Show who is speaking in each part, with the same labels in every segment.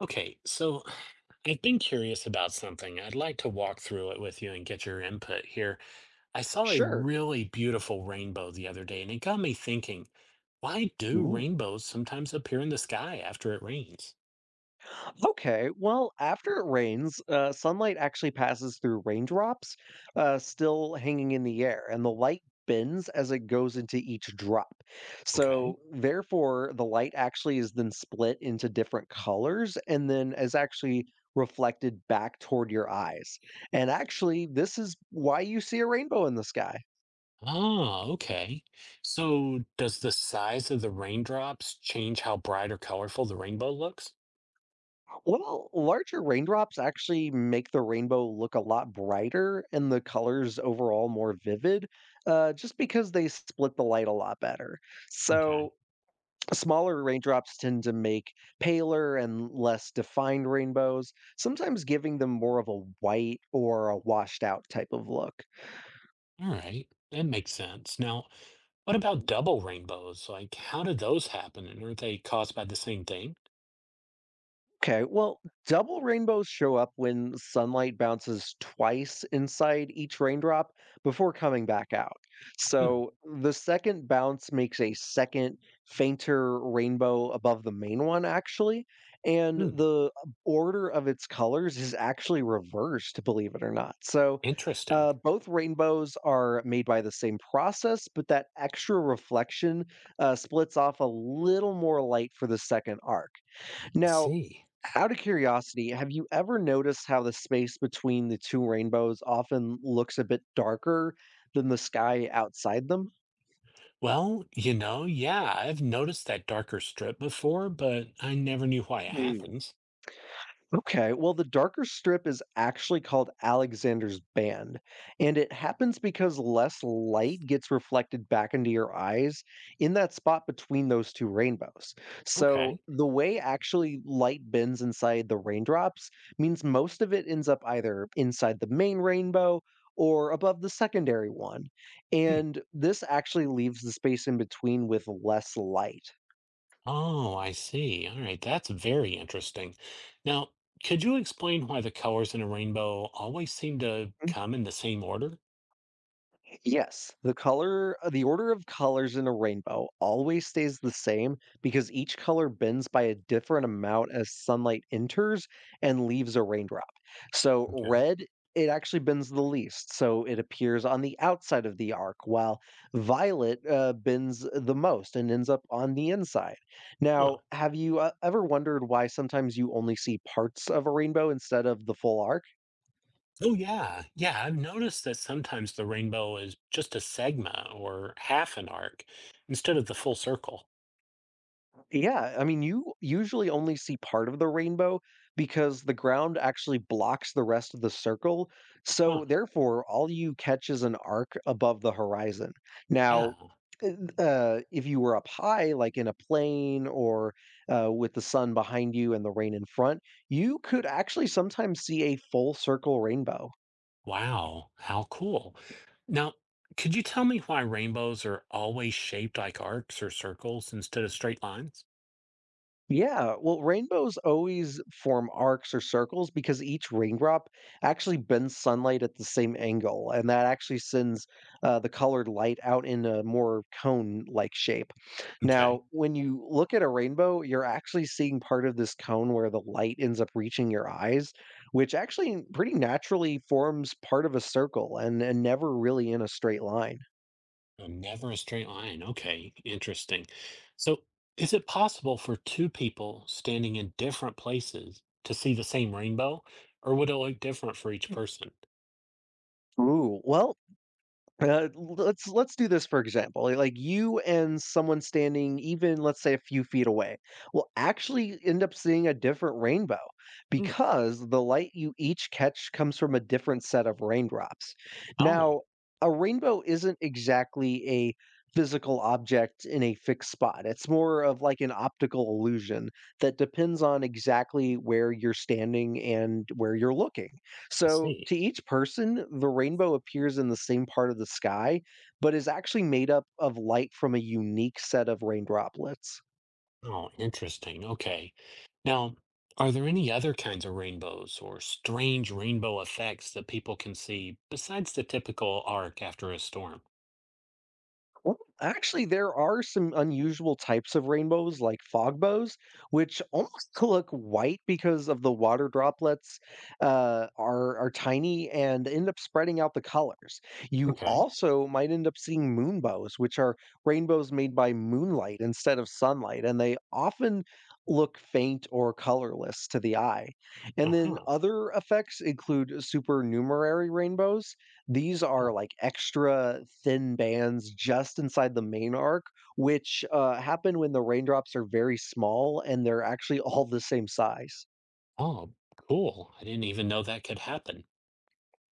Speaker 1: Okay, so I've been curious about something. I'd like to walk through it with you and get your input here. I saw a
Speaker 2: Sure.
Speaker 1: really beautiful rainbow the other day, and it got me thinking, why do
Speaker 2: Ooh.
Speaker 1: rainbows sometimes appear in the sky after it rains?
Speaker 2: Okay. Well, after it rains, sunlight actually passes through raindrops, still hanging in the air, and the light bends as it goes into each drop.
Speaker 1: Okay.
Speaker 2: So, therefore, the light actually is then split into different colors and then is actually reflected back toward your eyes. And actually, this is why you see a rainbow in the sky.
Speaker 1: Oh, okay. So does the size of the raindrops change how bright or colorful the rainbow looks?
Speaker 2: Well, larger raindrops actually make the rainbow look a lot brighter and the colors overall more vivid, just because they split the light a lot better.
Speaker 1: Okay.
Speaker 2: So, smaller raindrops tend to make paler and less defined rainbows, sometimes giving them more of a white or a washed out type of look.
Speaker 1: All right. That makes sense. Now, what about double rainbows? Like, how do those happen? And aren't they caused by the same thing?
Speaker 2: Okay, well, double rainbows show up when sunlight bounces twice inside each raindrop before coming back out. So the second bounce makes a second, fainter rainbow above the main one, actually. And
Speaker 1: Hmm,
Speaker 2: the order of its colors is actually reversed, believe it or not. So
Speaker 1: interesting.
Speaker 2: both rainbows are made by the same process, but that extra reflection splits off a little more light for the second arc.
Speaker 1: I
Speaker 2: Now,
Speaker 1: see.
Speaker 2: out of curiosity, have you ever noticed how the space between the two rainbows often looks a bit darker than the sky outside them?
Speaker 1: Well, yeah, I've noticed that darker strip before, but I never knew why it happens.
Speaker 2: Okay, well, the darker strip is actually called Alexander's band, and it happens because less light gets reflected back into your eyes in that spot between those two rainbows. So,
Speaker 1: Okay.
Speaker 2: the way actually light bends inside the raindrops means most of it ends up either inside the main rainbow or above the secondary one.
Speaker 1: Hmm.
Speaker 2: And this actually leaves the space in between with less light.
Speaker 1: Oh, I see. All right, that's very interesting. Now, could you explain why the colors in a rainbow always seem to come in the same order?
Speaker 2: Yes, the color the order of colors in a rainbow always stays the same because each color bends by a different amount as sunlight enters and leaves a raindrop. So
Speaker 1: Okay.
Speaker 2: red it actually bends the least, so it appears on the outside of the arc, while violet bends the most and ends up on the inside.
Speaker 1: Huh.
Speaker 2: Now, have you ever wondered why sometimes you only see parts of a rainbow instead of the full arc?
Speaker 1: Oh, yeah. Yeah, I've noticed that sometimes the rainbow is just a segment or half an arc instead of the full circle.
Speaker 2: Yeah, I mean, you usually only see part of the rainbow because the ground actually blocks the rest of the circle.
Speaker 1: Huh.
Speaker 2: So, therefore, all you catch is an arc above the horizon.
Speaker 1: Yeah.
Speaker 2: Now, if you were up high, like in a plane or with the sun behind you and the rain in front, you could actually sometimes see a full circle rainbow.
Speaker 1: Wow, how cool. Now, could you tell me why rainbows are always shaped like arcs or circles instead of straight lines?
Speaker 2: Yeah, well, rainbows always form arcs or circles because each raindrop actually bends sunlight at the same angle, and that actually sends the colored light out in a more cone-like shape.
Speaker 1: Okay.
Speaker 2: Now, when you look at a rainbow, you're actually seeing part of this cone where the light ends up reaching your eyes, which actually pretty naturally forms part of a circle and never really in a straight line.
Speaker 1: Never a straight line. Okay, interesting. So, is it possible for two people standing in different places to see the same rainbow, or would it look different for each person?
Speaker 2: Ooh, well, let's do this for example. Like you and someone standing even let's say a few feet away will actually end up seeing a different rainbow
Speaker 1: Hmm.
Speaker 2: because the light you each catch comes from a different set of raindrops.
Speaker 1: Oh,
Speaker 2: Now, a rainbow isn't exactly a physical object in a fixed spot. It's more of like an optical illusion that depends on exactly where you're standing and where you're looking.
Speaker 1: I
Speaker 2: So,
Speaker 1: see.
Speaker 2: to each person, the rainbow appears in the same part of the sky, but is actually made up of light from a unique set of rain droplets.
Speaker 1: Oh, interesting. Okay. Now, are there any other kinds of rainbows or strange rainbow effects that people can see besides the typical arc after a storm?
Speaker 2: Well, actually, there are some unusual types of rainbows, like fog bows, which almost look white because of the water droplets are tiny and end up spreading out the colors. You
Speaker 1: Okay.
Speaker 2: also might end up seeing moonbows, which are rainbows made by moonlight instead of sunlight, and they often look faint or colorless to the eye.
Speaker 1: Uh
Speaker 2: And then
Speaker 1: huh.
Speaker 2: other effects include supernumerary rainbows these are,
Speaker 1: Oh,
Speaker 2: like, extra thin bands just inside the main arc, which, happen when the raindrops are very small and they're actually all the same size.
Speaker 1: oh, cool. I didn't even know that could happen.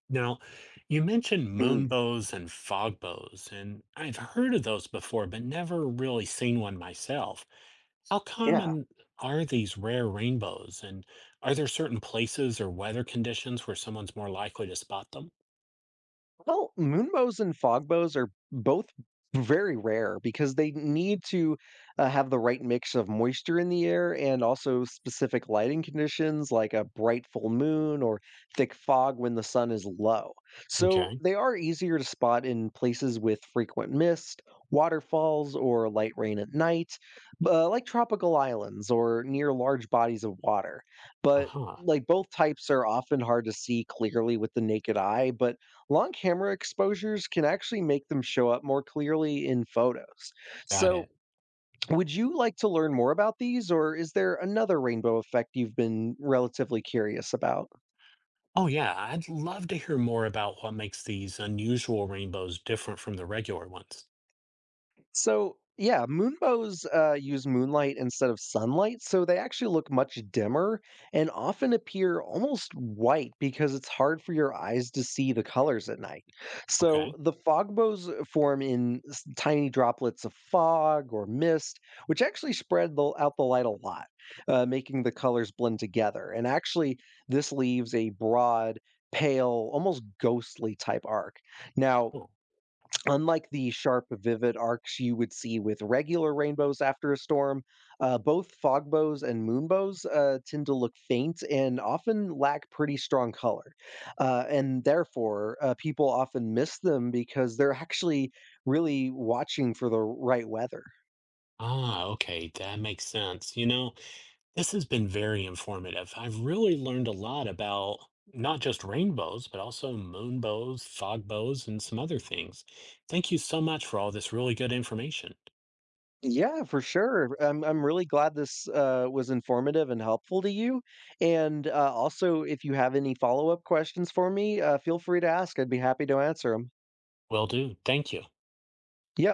Speaker 1: Now, you mentioned moon
Speaker 2: Mm,
Speaker 1: bows and fog bows, and I've heard of those before, but never really seen one myself. How
Speaker 2: yeah.
Speaker 1: common are these rare rainbows, and are there certain places or weather conditions where someone's more likely to spot them?
Speaker 2: Well, moonbows and fogbows are both very rare because they need to have the right mix of moisture in the air and also specific lighting conditions like a bright full moon or thick fog when the sun is low. So
Speaker 1: Okay.
Speaker 2: they are easier to spot in places with frequent mist, waterfalls, or light rain at night, like tropical islands or near large bodies of water.
Speaker 1: Uh
Speaker 2: But
Speaker 1: huh.
Speaker 2: like both types are often hard to see clearly with the naked eye, but Long camera exposures can actually make them show up more clearly in photos.
Speaker 1: Got
Speaker 2: So,
Speaker 1: it.
Speaker 2: would you like to learn more about these, or is there another rainbow effect you've been relatively curious about?
Speaker 1: Oh, yeah, I'd love to hear more about what makes these unusual rainbows different from the regular ones.
Speaker 2: So yeah, moonbows use moonlight instead of sunlight, so they actually look much dimmer and often appear almost white because it's hard for your eyes to see the colors at night. So
Speaker 1: Okay,
Speaker 2: the fog bows form in tiny droplets of fog or mist, which actually spread out the light a lot, making the colors blend together. And actually, this leaves a broad, pale, almost ghostly type arc. Now,
Speaker 1: cool.
Speaker 2: Unlike the sharp, vivid arcs you would see with regular rainbows after a storm, both fog bows and moon bows tend to look faint and often lack pretty strong color. And therefore, people often miss them because they're actually really watching for the right weather.
Speaker 1: Ah, okay, that makes sense. You know, this has been very informative. I've really learned a lot about not just rainbows, but also moonbows, fogbows, and some other things. Thank you so much for all this really good information.
Speaker 2: Yeah, for sure. I'm really glad this was informative and helpful to you. And also, if you have any follow-up questions for me, feel free to ask. I'd be happy to answer them.
Speaker 1: Will do. Thank you.
Speaker 2: Yeah.